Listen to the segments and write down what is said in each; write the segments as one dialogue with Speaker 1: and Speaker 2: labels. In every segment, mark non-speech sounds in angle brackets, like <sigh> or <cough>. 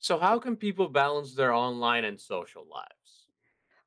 Speaker 1: So, how can people balance their online and social lives?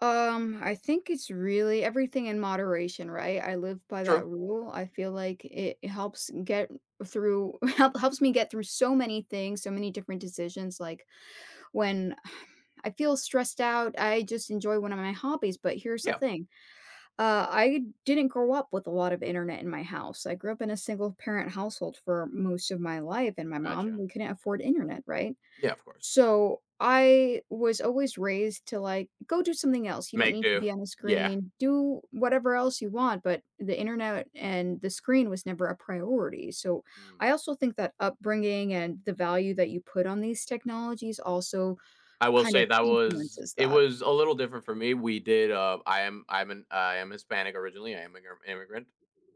Speaker 2: I think it's really everything in moderation, right? I live by
Speaker 1: True.
Speaker 2: that rule. I feel like it helps get through <laughs> helps me get through so many things, so many different decisions like when <sighs> I feel stressed out, I just enjoy one of my hobbies, but here's the
Speaker 1: Yeah.
Speaker 2: thing. I didn't grow up with a lot of internet in my house. I grew up in a single parent household for most of my life and my mom,
Speaker 1: Gotcha.
Speaker 2: we couldn't afford internet, right?
Speaker 1: Yeah, of course.
Speaker 2: So I was always raised to like go do something else. You don't
Speaker 1: Make
Speaker 2: need to
Speaker 1: do.
Speaker 2: be on the
Speaker 1: Yeah.
Speaker 2: screen. Do whatever else you want, but the internet and the screen was never a priority. So I
Speaker 1: Mm.
Speaker 2: also think that upbringing and the value that you put on these technologies also
Speaker 1: I will
Speaker 2: kind
Speaker 1: say
Speaker 2: of
Speaker 1: that was
Speaker 2: influences
Speaker 1: it
Speaker 2: that.
Speaker 1: was a little different for me. We did. I am. I'm an. I am Hispanic originally. I am an immigrant,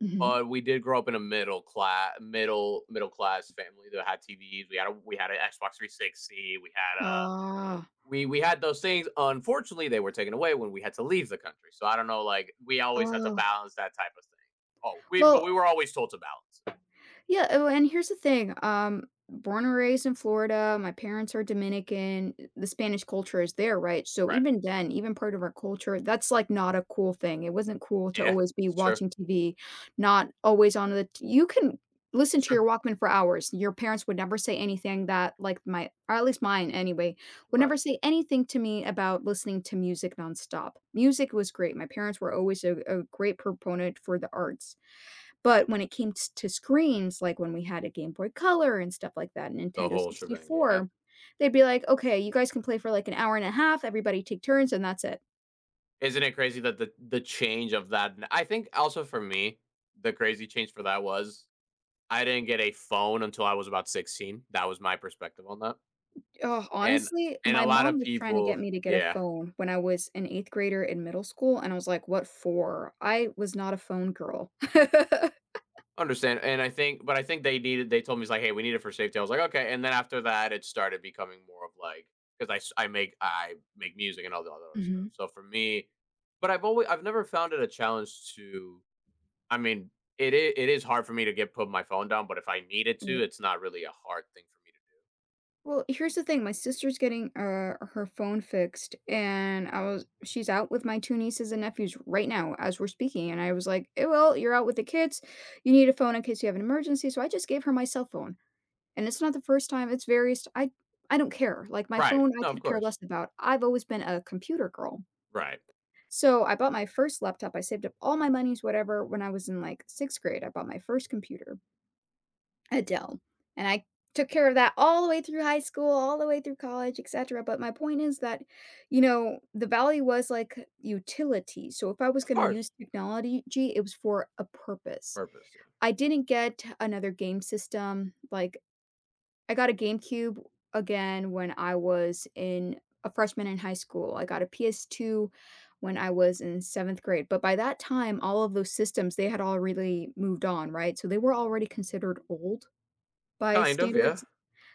Speaker 2: Mhm.
Speaker 1: but we did grow up in a middle class, middle class family that had TVs. We had a. We had an Xbox 360. We had a
Speaker 2: Ah.
Speaker 1: we we had those things. Unfortunately, they were taken away when we had to leave the country. So I don't know. Like we always had to
Speaker 2: Oh.
Speaker 1: balance that type of thing. Oh,
Speaker 2: Well,
Speaker 1: we were always told to balance it.
Speaker 2: yeah, oh, and here's the thing, born and raised in Florida, my parents are Dominican, the Spanish culture is there, right? So
Speaker 1: Right.
Speaker 2: even then, even part of our culture, that's, like, not a cool thing. It wasn't cool to
Speaker 1: Yeah.
Speaker 2: always be
Speaker 1: Sure.
Speaker 2: watching TV, not always on the t you can listen to your
Speaker 1: Sure.
Speaker 2: Walkman for hours. Your parents would never say anything that, like, my or at least mine anyway, would
Speaker 1: Right.
Speaker 2: never say anything to me about listening to music nonstop. Music was great. My parents were always a great proponent for the arts. But when it came t to screens, like, when we had a Game Boy Color and stuff like that, and
Speaker 1: The
Speaker 2: Nintendo
Speaker 1: whole shebang. Yeah.
Speaker 2: 64, they'd be like, "Okay, you guys can play for, like, an hour and a half, everybody take turns, and that's it."
Speaker 1: Isn't it crazy that the change of that? I think also for me, the crazy change for that was I didn't get a phone until I was about 16. That was my perspective on that.
Speaker 2: Ugh,
Speaker 1: And
Speaker 2: honestly,
Speaker 1: and a
Speaker 2: my
Speaker 1: lot of
Speaker 2: mom was trying to get
Speaker 1: people,
Speaker 2: me to get a
Speaker 1: yeah,
Speaker 2: phone when I was an 8th grader in middle school, and I was like, "What for?" I was not a phone girl. <laughs>
Speaker 1: understand, and I think they needed, they told me, it's like, "Hey, we need it for safety." I was like, "Okay," and then after that, it started becoming more of, like, 'cause I make music and all the other stuff,
Speaker 2: Mhm.
Speaker 1: so for me but I've always, I've never found it a challenge to. I mean, it is hard for me to get put my phone down, but if I needed to, it's not really a hard thing for me to do.
Speaker 2: Well, here's the thing, my sister's getting, her phone fixed, and I was she's out with my 2 nieces and nephews right now as we're speaking, and I was like, "Eh, well, you're out with the kids, you need a phone in case you have an emergency," so I just gave her my cell phone, and it's not the first time, it's various I don't care, like, my
Speaker 1: Right.
Speaker 2: phone I
Speaker 1: No, of
Speaker 2: could care
Speaker 1: course.
Speaker 2: less about, I've always been a computer girl.
Speaker 1: Right.
Speaker 2: So, I bought my first laptop, I saved up all my monies, whatever, when I was in, like, 6th grade, I bought my first computer. Adele, and I took care of that all the way through high school, all the way through college, etcetera, but my point is that, you know, the value was, like, utility, so if I was
Speaker 1: Of
Speaker 2: gonna
Speaker 1: course.
Speaker 2: use technology it was for a purpose.
Speaker 1: Purpose, yeah.
Speaker 2: I didn't get another game system, like, I got a GameCube again when I was in a freshman in high school, I got a PS2 when I was in 7th grade, but by that time, all of those systems, they had already moved on, right? So they were already considered old. By
Speaker 1: Kind of, yeah.
Speaker 2: standards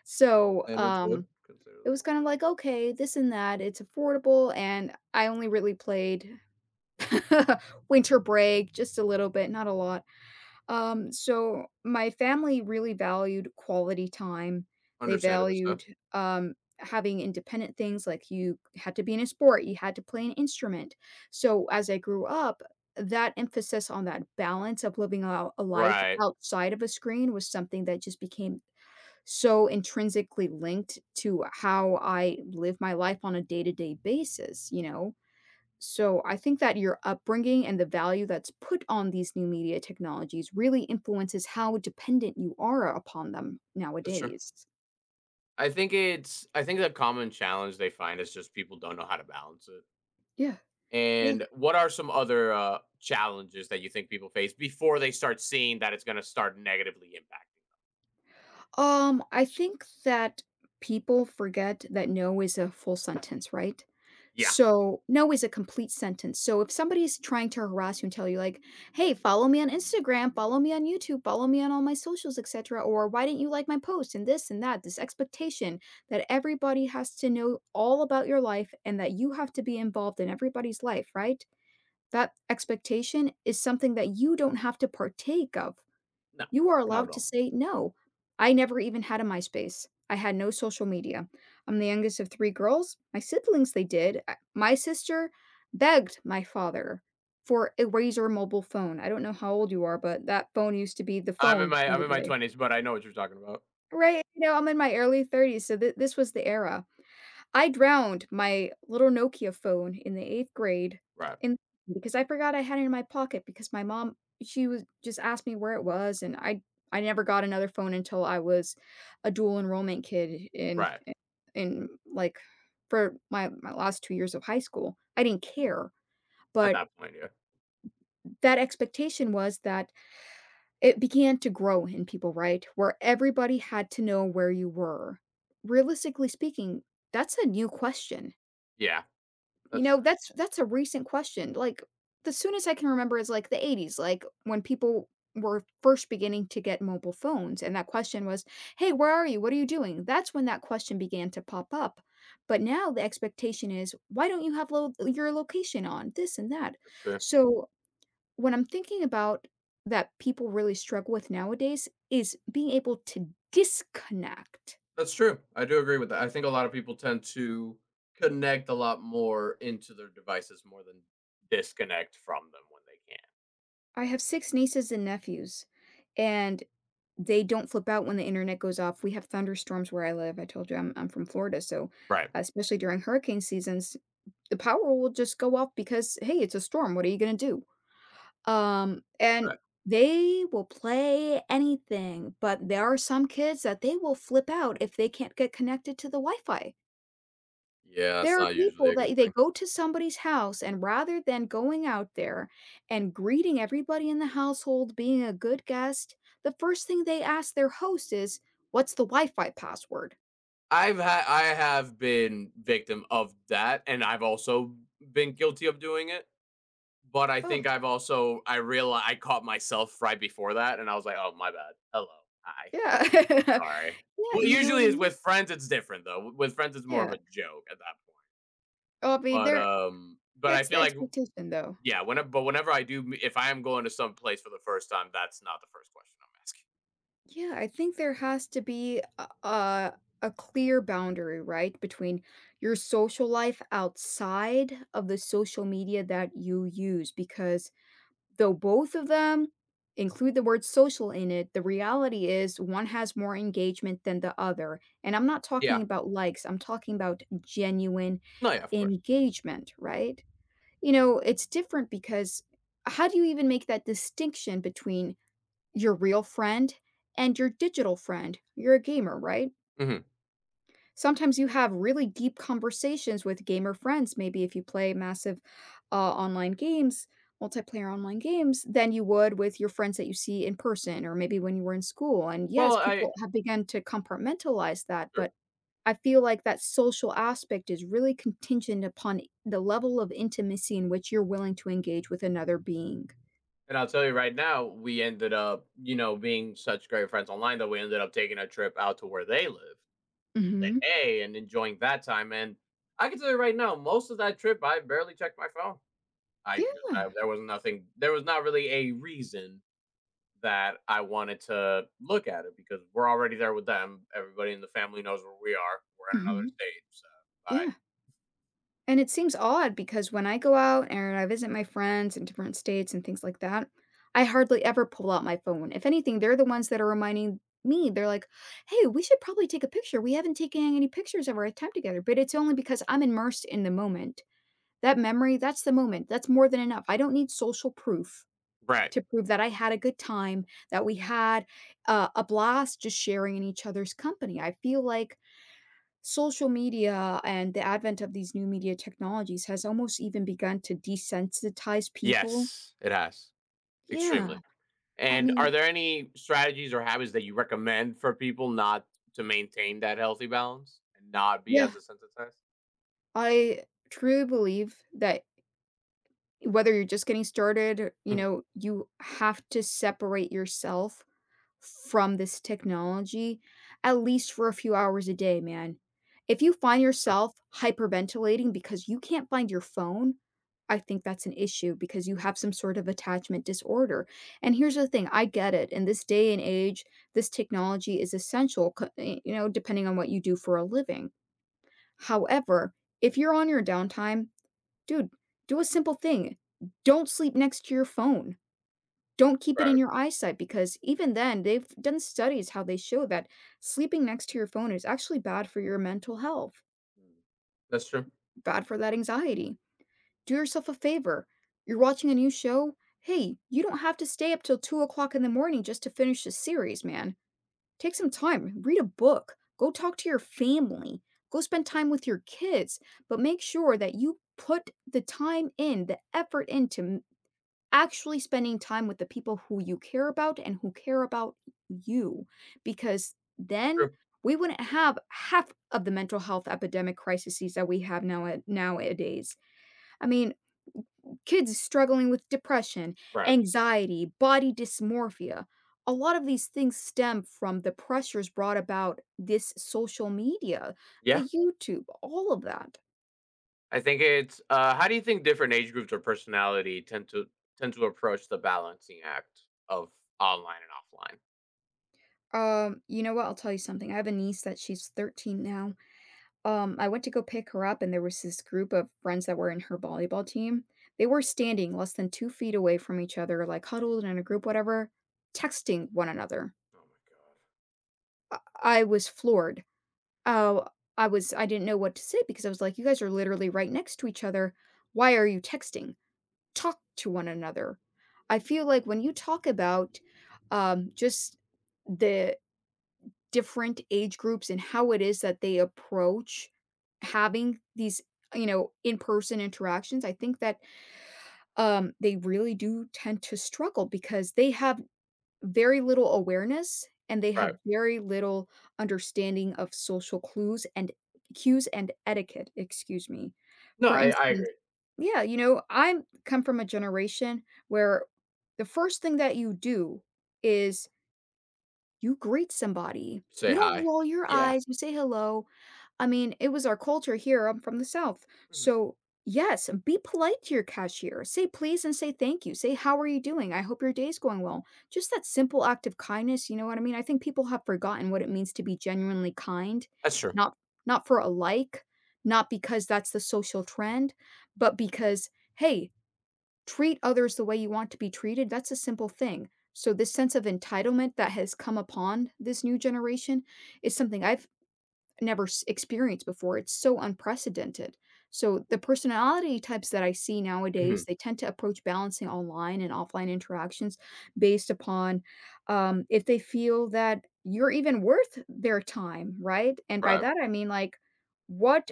Speaker 2: so,
Speaker 1: Standards would consider
Speaker 2: it
Speaker 1: them
Speaker 2: was
Speaker 1: all,
Speaker 2: kind of
Speaker 1: yeah.
Speaker 2: like, "Okay, this and that, it's affordable," and I only really played <laughs> Winter Break just a little bit, not a lot. So my family really valued quality time. They
Speaker 1: Understandably so.
Speaker 2: valued, having independent things, like you had to be in a sport, you had to play an instrument. So as I grew up, that emphasis on that balance of living a life
Speaker 1: Right.
Speaker 2: outside of a screen was something that just became so intrinsically linked to how I live my life on a day-to-day basis, you know? So I think that your upbringing and the value that's put on these new media technologies really influences how dependent you are upon them
Speaker 1: That's true.
Speaker 2: nowadays.
Speaker 1: I think the common challenge they find is just people don't know how to balance it.
Speaker 2: Yeah.
Speaker 1: And what are some other challenges that you think people face before they start seeing that it's going to start negatively impacting them?
Speaker 2: I think that people forget that no is a full sentence, right?
Speaker 1: Yeah,
Speaker 2: So, no is a complete sentence. So, if somebody's trying to harass you and tell you, like, hey, follow me on Instagram, follow me on YouTube, follow me on all my socials, etc., or why didn't you like my post and this and that, this expectation that everybody has to know all about your life and that you have to be involved in everybody's life, right? That expectation is something that you don't have to partake of.
Speaker 1: no,
Speaker 2: You are
Speaker 1: not at
Speaker 2: allowed to
Speaker 1: all.
Speaker 2: say no. I never even had a MySpace. I had no social media. I'm the youngest of 3 girls. My siblings, they did. I My sister begged my father for a Razor mobile phone. I don't know how old you are, but that phone used to be the phone in
Speaker 1: I'm
Speaker 2: the
Speaker 1: in my
Speaker 2: day.
Speaker 1: twenties, but I know what you're talking about.
Speaker 2: Right, you know, I'm in my early 30s, so th this was the era. I drowned my little Nokia phone in the 8th grade
Speaker 1: Right,
Speaker 2: in because I forgot I had it in my pocket because my mom she was just asked me where it was, and I never got another phone until I was a dual enrollment kid
Speaker 1: right.
Speaker 2: in, like, for my last 2 years of high school. I
Speaker 1: Mhm.
Speaker 2: didn't care,
Speaker 1: At
Speaker 2: but
Speaker 1: that point, yeah,
Speaker 2: that expectation was that it began to grow in people, right? Where everybody had to know where you were. Realistically speaking, that's a new question.
Speaker 1: yeah,
Speaker 2: You
Speaker 1: that's
Speaker 2: know,
Speaker 1: true.
Speaker 2: that's a recent question. Like, the soonest I can remember is, like, the '80s, like, when people were first beginning to get mobile phones, and that question was, "Hey, where are you? What are you doing?" That's when that question began to pop up. But now the expectation is, "Why don't you have lo your location on?" This and that.
Speaker 1: That's true.
Speaker 2: So, what I'm thinking about that people really struggle with nowadays is being able to disconnect.
Speaker 1: That's true. I do agree with that. I think a lot of people tend to connect a lot more into their devices more than disconnect from them when they can.
Speaker 2: I have 6 nieces and nephews, and they don't flip out when the internet goes off. We have thunderstorms where I live. I told you I'm from Florida, so,
Speaker 1: Right.
Speaker 2: especially during hurricane seasons, the power will just go off because, "Hey, it's a storm. What are you gonna do?" And
Speaker 1: Right.
Speaker 2: they will play anything, but there are some kids that they will flip out if they can't get connected to the Wi-Fi.
Speaker 1: Yeah, it's
Speaker 2: There are
Speaker 1: not usually
Speaker 2: people
Speaker 1: a good
Speaker 2: that they
Speaker 1: thing.
Speaker 2: go to somebody's house, and rather than going out there and greeting everybody in the household, being a good guest, the first thing they ask their host is, "What's the Wi-Fi password?"
Speaker 1: I have been victim of that, and I've also been guilty of doing it, but I
Speaker 2: Oh,
Speaker 1: think I realized I caught myself right before that, and I was like, "Oh, my bad. Hello, hi,
Speaker 2: yeah. <laughs>
Speaker 1: sorry."
Speaker 2: Yeah,
Speaker 1: Well,
Speaker 2: you know what
Speaker 1: usually
Speaker 2: I
Speaker 1: is
Speaker 2: mean?
Speaker 1: with friends, it's different though. With friends, it's more of
Speaker 2: Yeah.
Speaker 1: a joke at that point.
Speaker 2: Oh, I mean, there
Speaker 1: But I
Speaker 2: that's the
Speaker 1: feel like
Speaker 2: expectation, though.
Speaker 1: yeah, whenever I do, if I am going to some place for the first time, that's not the first question I'm asking.
Speaker 2: Yeah, I think there has to be a clear boundary, right, between your social life outside of the social media that you use because though both of them include the word social in it, the reality is one has more engagement than the other. And I'm not
Speaker 1: Yeah,
Speaker 2: talking about likes, I'm talking about genuine
Speaker 1: no, yeah, of course.
Speaker 2: engagement, right? You know, it's different because how do you even make that distinction between your real friend and your digital friend? You're a gamer, right?
Speaker 1: Hmm.
Speaker 2: Sometimes you have really deep conversations with gamer friends, maybe if you play online games multiplayer online games, than you would with your friends that you see in person or maybe when you were in school, and
Speaker 1: Well,
Speaker 2: yes,
Speaker 1: I.
Speaker 2: people have begun to compartmentalize that,
Speaker 1: Sure.
Speaker 2: but I feel like that social aspect is really contingent upon the level of intimacy in which you're willing to engage with another being.
Speaker 1: And I'll tell you right now, we ended up, you know, being such great friends online that we ended up taking a trip out to where they live and
Speaker 2: Mhm.
Speaker 1: hey, and enjoying that time. And I can tell you right now, most of that trip, I barely checked my phone.
Speaker 2: Yeah.
Speaker 1: There was nothing, there was not really a reason that I wanted to look at it because we're already there with them. Everybody in the family knows where we are. We're in another
Speaker 2: Mhm.
Speaker 1: state. So, I,
Speaker 2: Yeah. And it seems odd because when I go out and I visit my friends in different states and things like that, I hardly ever pull out my phone. If anything, they're the ones that are reminding me. They're like, "Hey, we should probably take a picture. We haven't taken any pictures of our time together." But it's only because I'm immersed in the moment. That memory, that's the moment. That's more than enough. I don't need social proof
Speaker 1: right.
Speaker 2: to prove that I had a good time, that we had a blast just sharing in each other's company. I feel like social media and the advent of these new media technologies has almost even begun to desensitize people.
Speaker 1: Yes, it has.
Speaker 2: Yeah,
Speaker 1: Extremely.
Speaker 2: I
Speaker 1: And are
Speaker 2: mean,
Speaker 1: there any strategies or habits that you recommend for people not to maintain that healthy balance and not be as
Speaker 2: yeah,
Speaker 1: desensitized?
Speaker 2: I truly believe that whether you're just getting started, you
Speaker 1: Mhm.
Speaker 2: know, you have to separate yourself from this technology at least for a few hours a day, man. If you find yourself hyperventilating because you can't find your phone, I think that's an issue because you have some sort of attachment disorder. And here's the thing, I get it. In this day and age, this technology is essential, you know, depending on what you do for a living. However, if you're on your downtime, dude, do a simple thing. Don't sleep next to your phone. Don't keep it
Speaker 1: Right.
Speaker 2: in your eyesight because even then, they've done studies how they show that sleeping next to your phone is actually bad for your mental health,
Speaker 1: Mm. That's true.
Speaker 2: bad for that anxiety. Do yourself a favor. You're watching a new show. Hey, you don't have to stay up till 2 o'clock in the morning just to finish a series, man. Take some time, read a book, go talk to your family, go spend time with your kids, but make sure that you put the time in, the effort into actually spending time with the people who you care about and who care about you, because then
Speaker 1: True.
Speaker 2: we wouldn't have half of the mental health epidemic crises that we have now nowadays. I mean, kids struggling with depression,
Speaker 1: Right.
Speaker 2: anxiety, body dysmorphia. A lot of these things stem from the pressures brought about this social media,
Speaker 1: Yeah.
Speaker 2: the YouTube, all of that.
Speaker 1: I think it's How do you think different age groups or personality tend to tend to approach the balancing act of online and offline?
Speaker 2: You know what? I'll tell you something. I have a niece that she's 13 now. I went to go pick her up, and there was this group of friends that were in her volleyball team. They were standing less than 2 feet away from each other, like,
Speaker 1: Mhm.
Speaker 2: huddled in a group, whatever, texting one another.
Speaker 1: Oh my god.
Speaker 2: I I was floored. Oh, I didn't know what to say because I was like, "You guys are literally right next to each other. Why are you texting? Talk to one another." I feel like when you talk about, just the different age groups and how it is that they approach having these, in-person interactions, I think that, they really do tend to struggle because they have very little awareness and they have
Speaker 1: Right.
Speaker 2: very little understanding of social clues and cues and etiquette, excuse me.
Speaker 1: No,
Speaker 2: For
Speaker 1: I
Speaker 2: instance,
Speaker 1: agree.
Speaker 2: yeah, I come from a generation where the first thing that you do is you greet somebody.
Speaker 1: Say
Speaker 2: You don't
Speaker 1: hi.
Speaker 2: roll your
Speaker 1: Yeah.
Speaker 2: eyes, you say hello. I mean, it was our culture here, I'm from the South.
Speaker 1: Mhm.
Speaker 2: So, yes, be polite to your cashier. Say please and say thank you. Say, how are you doing? I hope your day's going well. Just that simple act of kindness, you know what I mean? I think people have forgotten what it means to be genuinely kind,
Speaker 1: That's true.
Speaker 2: not for a like, not because that's the social trend, but because, hey, treat others the way you want to be treated, that's a simple thing. So, this sense of entitlement that has come upon this new generation is something I've never s- experienced before. It's so unprecedented. So, the personality types that I see
Speaker 1: Mhm.
Speaker 2: nowadays, they tend to approach balancing online and offline interactions based upon, if they feel that you're even worth their time, right? And by
Speaker 1: Right.
Speaker 2: that, I mean, like, what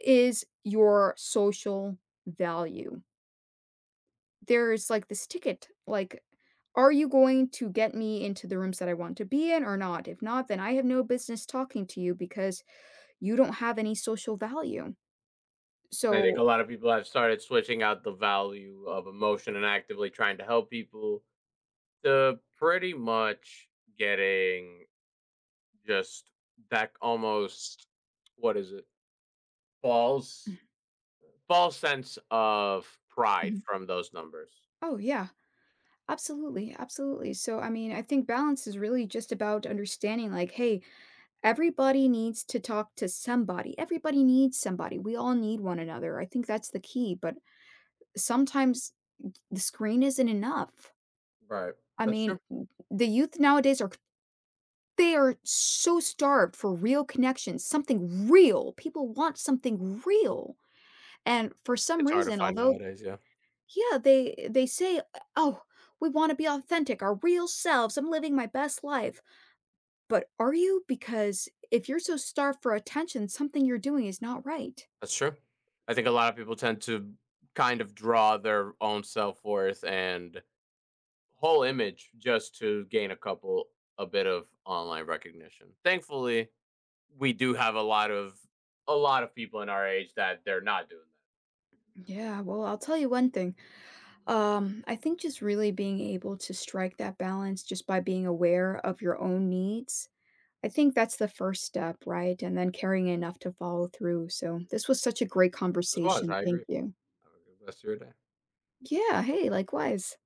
Speaker 2: is your social value? There's, like, this ticket, like, "Are you going to get me into the rooms that I want to be in or not? If not, then I have no business talking to you because you don't have any social value."
Speaker 1: And I think a
Speaker 2: So,
Speaker 1: lot of people have started switching out the value of emotion and actively trying to help people to pretty much getting just that almost what is it?
Speaker 2: mhm,
Speaker 1: False false sense of pride
Speaker 2: mhm.
Speaker 1: from those numbers.
Speaker 2: Oh, yeah. Absolutely, absolutely. So, I mean, I think balance is really just about understanding, like, "Hey, everybody needs to talk to somebody. Everybody needs somebody. We all need one another." I think that's the key, but sometimes the screen isn't enough.
Speaker 1: Right.
Speaker 2: I
Speaker 1: That's true.
Speaker 2: mean, the youth nowadays are, they are so starved for real connections, something real. People want something real, and for some
Speaker 1: It's hard to
Speaker 2: reason,
Speaker 1: find
Speaker 2: although
Speaker 1: nowadays, yeah.
Speaker 2: yeah, they say, "Oh, we wanna be authentic, our real selves, I'm living my best life." But are you? Because if you're so starved for attention, something you're doing is not right.
Speaker 1: That's true. I think a lot of people tend to kind of draw their own self-worth and whole image just to gain a bit of online recognition. Thankfully, we do have a lot of people in our age that they're not doing that.
Speaker 2: Yeah, well, I'll tell you one thing, I think just really being able to strike that balance just by being aware of your own needs, I think that's the first step, right? And then carrying enough to follow through. So this was such a great
Speaker 1: As well as
Speaker 2: conversation.
Speaker 1: I
Speaker 2: Thank
Speaker 1: agree.
Speaker 2: you.
Speaker 1: Have a good rest of your day.
Speaker 2: Yeah. Hey, likewise.